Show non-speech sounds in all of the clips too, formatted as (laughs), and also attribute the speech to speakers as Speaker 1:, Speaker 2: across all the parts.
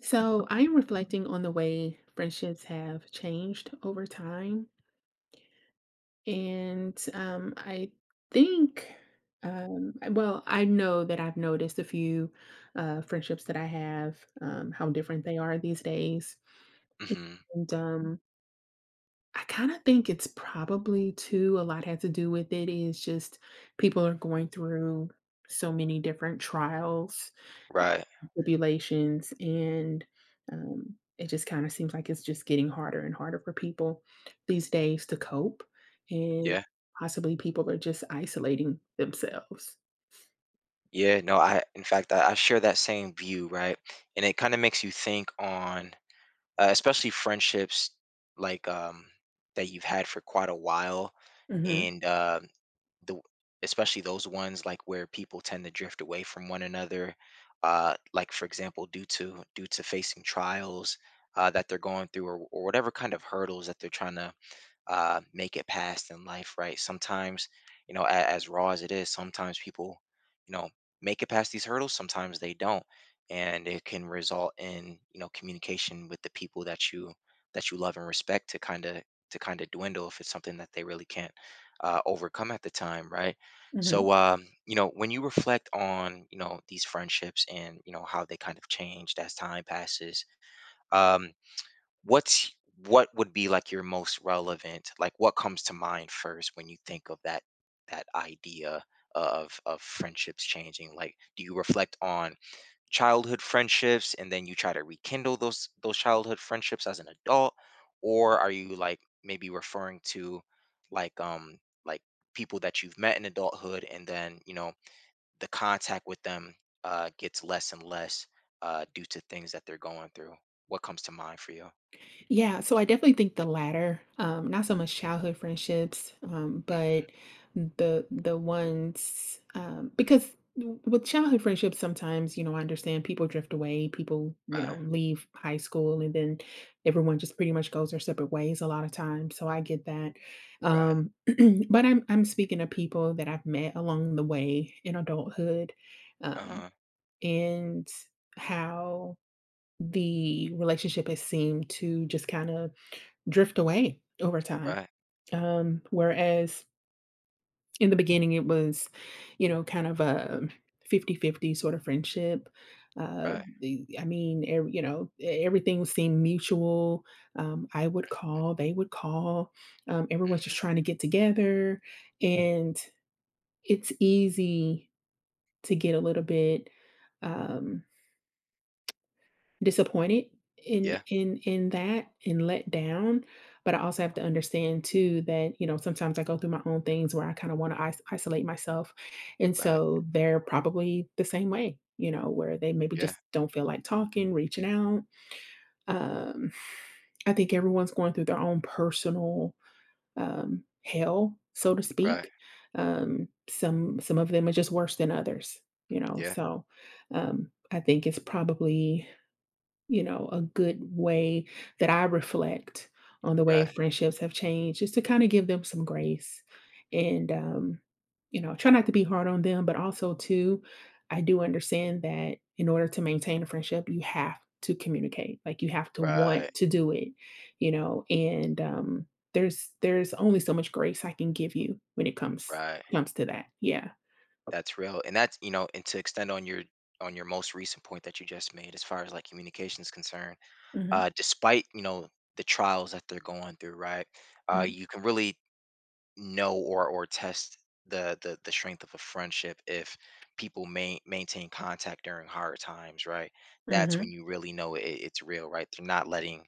Speaker 1: So I am reflecting on the way friendships have changed over time. And I think, well, I know that I've noticed a few friendships that I have, how different they are these days.
Speaker 2: Hmm.
Speaker 1: And I kind of think it's probably too, a lot had to do with it is just people are going through so many different trials
Speaker 2: Right.
Speaker 1: tribulations and it just kind of seems like it's just getting harder and harder for people these days to cope and
Speaker 2: Yeah.
Speaker 1: possibly people are just isolating themselves.
Speaker 2: Yeah. No, I, in fact, I share that same view, right? And it kind of makes you think on, especially friendships like, that you've had for quite a while,
Speaker 1: Mm-hmm.
Speaker 2: and the especially those ones like where people tend to drift away from one another, like for example, due to facing trials, that they're going through, or whatever kind of hurdles that they're trying to make it past in life, right? Sometimes, as raw as it is, sometimes people, you know, make it past these hurdles. Sometimes they don't, and it can result in communication with the people that you love and respect to kind of dwindle if it's something that they really can't overcome at the time, right?
Speaker 1: Mm-hmm.
Speaker 2: So, when you reflect on these friendships and how they kind of changed as time passes. Um, what's what would be like your most relevant, like, what comes to mind first when you think of that idea of friendships changing, like, do you reflect on childhood friendships and then you try to rekindle those childhood friendships as an adult, or are you, like, maybe referring to, like, like people that you've met in adulthood, and then the contact with them gets less and less due to things that they're going through? What comes to mind for you?
Speaker 1: Yeah, so I definitely think the latter, not so much childhood friendships,
Speaker 2: Mm-hmm.
Speaker 1: but the ones because with childhood friendships, sometimes, you know, I understand people drift away, people, you know,
Speaker 2: Right.
Speaker 1: leave high school and then everyone just pretty much goes their separate ways a lot of times. So I get that.
Speaker 2: Right.
Speaker 1: Um, (clears throat) but I'm speaking of people that I've met along the way in adulthood, um,
Speaker 2: Uh-huh.
Speaker 1: and how the relationship has seemed to just kind of drift away over time.
Speaker 2: Right.
Speaker 1: Whereas in the beginning, it was, you know, kind of a fifty-fifty sort of friendship.
Speaker 2: Right.
Speaker 1: I mean, you know, everything seemed mutual. I would call, they would call. Everyone's just
Speaker 2: Mhm.
Speaker 1: trying to get together, and it's easy to get a little bit. Um, Disappointed in
Speaker 2: Yeah.
Speaker 1: in in that and let down, but I also have to understand too that, you know, sometimes I go through my own things where I kinda wanna is isolate myself, and
Speaker 2: Right.
Speaker 1: so they're probably the same way, you know, where they maybe
Speaker 2: Yeah.
Speaker 1: just don't feel like talking, reaching out. Um, I think everyone's going through their own personal, hell, so to
Speaker 2: Right.
Speaker 1: speak. Some of them are just worse than others, you know,
Speaker 2: Yeah.
Speaker 1: so, I think it's probably, you know, a good way that I reflect on the way
Speaker 2: Right.
Speaker 1: friendships have changed is to kind of give them some grace and, you know, try not to be hard on them, but also, too, I do understand that in order to maintain a friendship, you have to communicate. Like you have to
Speaker 2: Right.
Speaker 1: want to do it, you know, and there's only so much grace I can give you when it comes
Speaker 2: Right.
Speaker 1: comes to that. Yeah.
Speaker 2: That's real. And to extend on your most recent point that you just made as far as, like, communication is concerned,
Speaker 1: Mm-hmm.
Speaker 2: despite, the trials that they're going through, right,
Speaker 1: Mm-hmm.
Speaker 2: you can really know or test the strength of a friendship if people maintain contact during hard times, right? That's
Speaker 1: Mm-hmm.
Speaker 2: when you really know it, it's real, right? They're not letting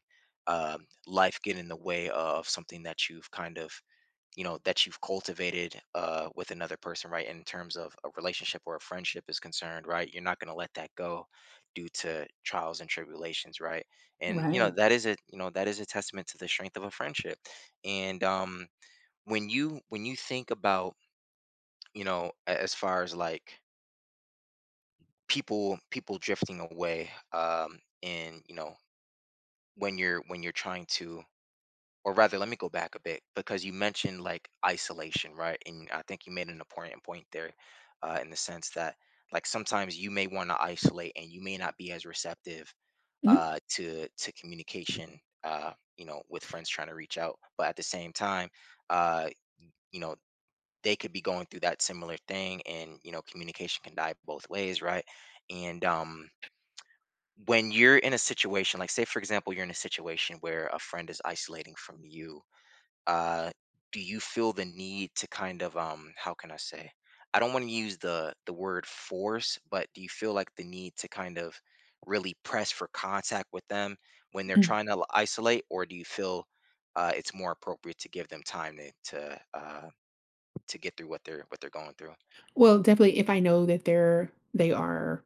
Speaker 2: life get in the way of something that you've cultivated with another person, right? In terms of a relationship or a friendship is concerned, right? You're not going to let that go due to trials and tribulations, right? And you know
Speaker 1: Right.
Speaker 2: that is a testament to the strength of a friendship. And when you think about, you know, a- as far as like people drifting away, and when you're trying to, or rather, let me go back a bit, because you mentioned, like, isolation, right? And I think you made an important point there, in the sense that, like, sometimes you may want to isolate and you may not be as receptive
Speaker 1: Mhm.
Speaker 2: to communication, with friends trying to reach out. But at the same time, uh you know, they could be going through that similar thing, and you know communication can die both ways, right? And when you're in a situation, like, say for example, you're in a situation where a friend is isolating from you, uh do you feel the need to kind of, how can I say, I don't want to use the word force, but do you feel like the need to kind of really press for contact with them when they're trying to isolate, or do you feel, it's more appropriate to give them time to get through what they're going through?
Speaker 1: Well, definitely if I know that they are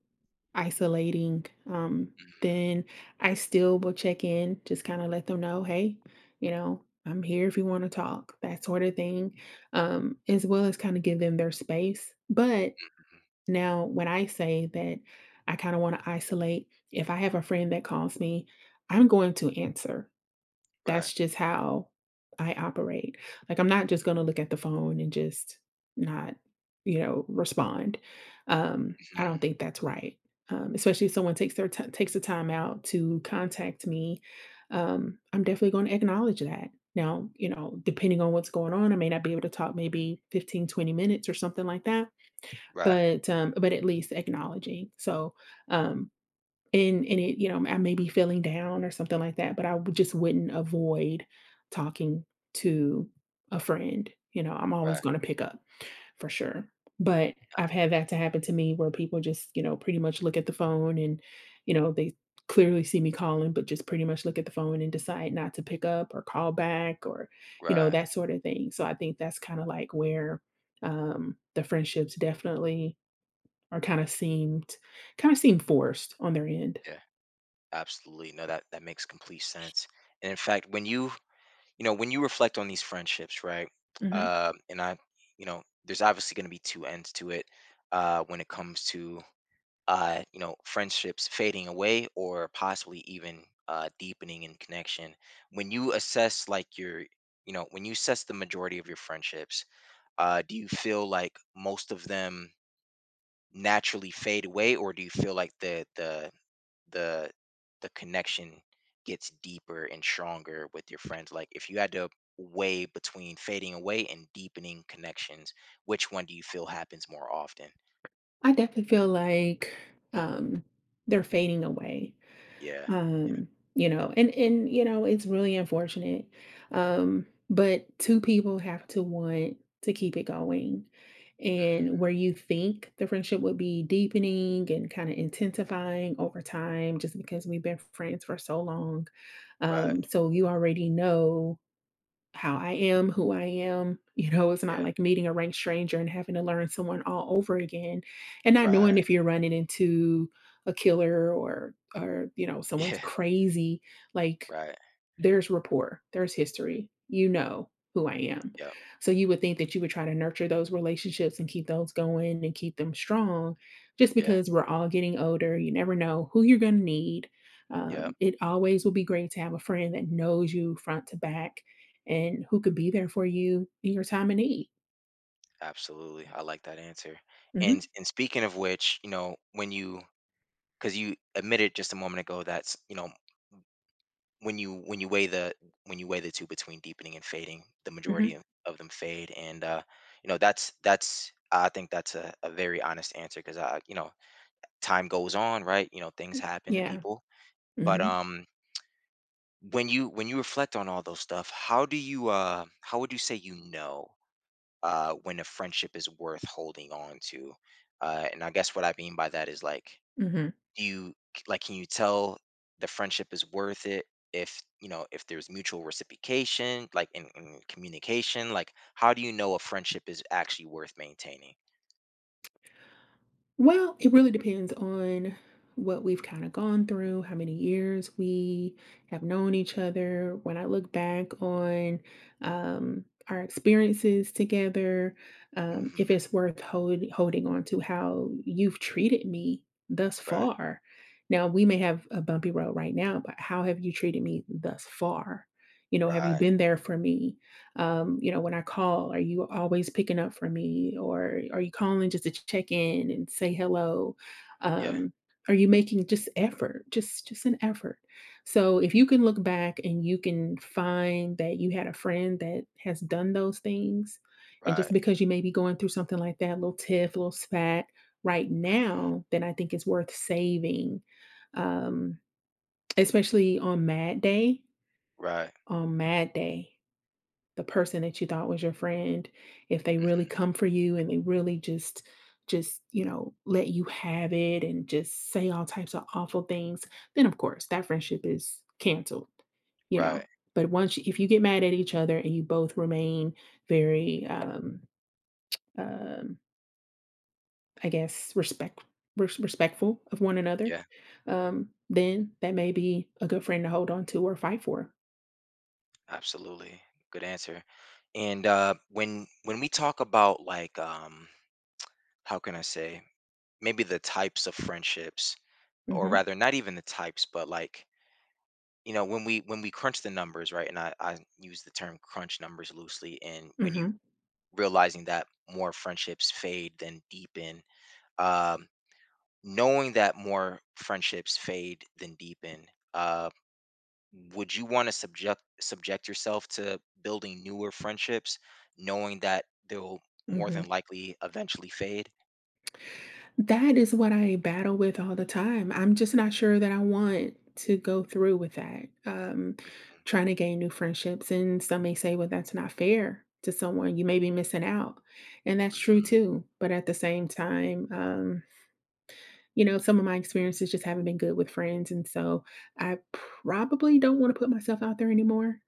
Speaker 1: isolating,
Speaker 2: Mhm.
Speaker 1: then I still will check in, just kinda let them know, "Hey, you know, I'm here if you wanna talk," that sort of thing, as well as kinda give them their space. But
Speaker 2: Mhm.
Speaker 1: now when I say that I kinda wanna isolate, if I have a friend that calls me, I'm going to answer.
Speaker 2: Right.
Speaker 1: That's just how I operate. Like, I'm not just gonna look at the phone and just not, you know, respond. I
Speaker 2: Mhm.
Speaker 1: don't think that's right, especially if someone takes the time out to contact me, I'm definitely gonna acknowledge that. Now, you know, depending on what's going on, I may not be able to talk maybe 15, 20 minutes or something like that,
Speaker 2: Right.
Speaker 1: but at least acknowledging. So, um, and it, you know, I may be feeling down or something like that, but I would just wouldn't avoid talking to a friend, you know, I'm always
Speaker 2: Right.
Speaker 1: gonna pick up for sure. But I've had that to happen to me where people just, you know, pretty much look at the phone and, you know, they clearly see me calling, but just pretty much look at the phone and decide not to pick up or call back or, you know,
Speaker 2: Right.
Speaker 1: that sort of thing. So I think that's kind of like where the friendships definitely are kind of seem forced on their end.
Speaker 2: Yeah, absolutely. No, that makes complete sense. And in fact, when you reflect on these friendships, right?
Speaker 1: Mhm.
Speaker 2: And I, you know, there's obviously going to be two ends to it, when it comes to, friendships fading away, or possibly even deepening in connection. When you assess like your when you assess the majority of your friendships, do you feel like most of them naturally fade away, or do you feel like the the connection gets deeper and stronger with your friends? Like, if you had to weigh between fading away and deepening connections, which one do you feel happens more often?
Speaker 1: I definitely feel like um, they're fading away.
Speaker 2: Yeah.
Speaker 1: Um, you know, and you know, it's really unfortunate. But two people have to want to keep it going. And
Speaker 2: Hmm.
Speaker 1: where you think the friendship would be deepening and kind of intensifying over time, just because we've been friends for so long.
Speaker 2: Right.
Speaker 1: So you already know how I am, who I am. You know, it's not
Speaker 2: Yeah.
Speaker 1: like meeting a rank stranger and having to learn someone all over again and not
Speaker 2: Right.
Speaker 1: knowing if you're running into a killer or, you know,
Speaker 2: (laughs)
Speaker 1: someone's
Speaker 2: Yeah.
Speaker 1: crazy. Like
Speaker 2: Right.
Speaker 1: there's rapport, there's history. You know who I am.
Speaker 2: Yep.
Speaker 1: So you would think that you would try to nurture those relationships and keep those going and keep them strong just
Speaker 2: Yeah.
Speaker 1: because we're all getting older. You never know who you're going to need.
Speaker 2: Yep.
Speaker 1: It always will be great to have a friend that knows you front to back and who could be there for you in your time of need.
Speaker 2: Absolutely. I like that answer.
Speaker 1: Hmm.
Speaker 2: And speaking of which, you know, when you because you admitted just a moment ago that's you know when you when you weigh the two between deepening and fading, the majority
Speaker 1: Hmm.
Speaker 2: of, them fade, and you know that's I think that's a, very honest answer, because I you know time goes on, right? You know things happen to
Speaker 1: Yeah.
Speaker 2: people, but
Speaker 1: Hmm.
Speaker 2: when you reflect on all those stuff, how do you how would you say, when a friendship is worth holding on to? And I guess what I mean by that is, like,
Speaker 1: Hmm.
Speaker 2: do you like, can you tell the friendship is worth it, if you know if there's mutual reciprocation, like, in, communication, like, how do you know a friendship is actually worth maintaining?
Speaker 1: Well, it really depends on what we've kind of gone through, how many years we have known each other. When I look back on, our experiences together, if
Speaker 2: Hmm.
Speaker 1: it's worth holding on to how you've treated me thus
Speaker 2: Right.
Speaker 1: far. Now, we may have a bumpy road right now, but how have you treated me thus far? You know, have you
Speaker 2: Right.
Speaker 1: been there for me? You know, when I call, are you always picking up for me? Or are you calling just to check in and say hello?
Speaker 2: Yeah.
Speaker 1: Um, are you making just effort, just an effort? So if you can look back and you can find that you had a friend that has done those things, and
Speaker 2: Right.
Speaker 1: just because you may be going through something like that, a little tiff, a little spat right
Speaker 2: Hmm.
Speaker 1: now, then I think it's worth saving. Um, especially on mad day,
Speaker 2: Right.
Speaker 1: on mad day, the person that you thought was your friend, if they really
Speaker 2: Hmm.
Speaker 1: come for you and they really just, you know, let you have it and just say all types of awful things, then of course that friendship is canceled, you know.
Speaker 2: Right.
Speaker 1: But if you get mad at each other and you both remain very, um I guess, respectful of one another,
Speaker 2: Yeah.
Speaker 1: then that may be a good friend to hold on to or fight for.
Speaker 2: Absolutely. Good answer. And when we talk about, like, how can I say, maybe the types of friendships, or
Speaker 1: Hmm.
Speaker 2: rather, not even the types, but, like, when we crunch the numbers, right, and I use the term crunch numbers loosely, and when you,
Speaker 1: Hmm.
Speaker 2: realizing that more friendships fade than deepen, um knowing that more friendships fade than deepen, uh would you want to subject yourself to building newer friendships, knowing that they'll more
Speaker 1: Hmm.
Speaker 2: than likely eventually fade?
Speaker 1: That is what I battle with all the time. I'm just not sure that I want to go through with that.
Speaker 2: Hmm.
Speaker 1: Trying to gain new friendships. And some may say, well, that's not fair to someone. You may be missing out. And that's true
Speaker 2: Hmm.
Speaker 1: too. But at the same time, you know, some of my experiences just haven't been good with friends. And so I probably don't want to put myself out there anymore.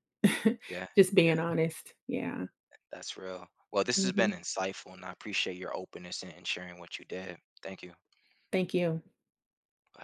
Speaker 2: Yeah.
Speaker 1: (laughs) Just being
Speaker 2: Yeah.
Speaker 1: honest. Yeah.
Speaker 2: That's real. Well, this has
Speaker 1: Hmm.
Speaker 2: been insightful, and I appreciate your openness and sharing what you did. Thank you. Bye.
Speaker 1: Thank you.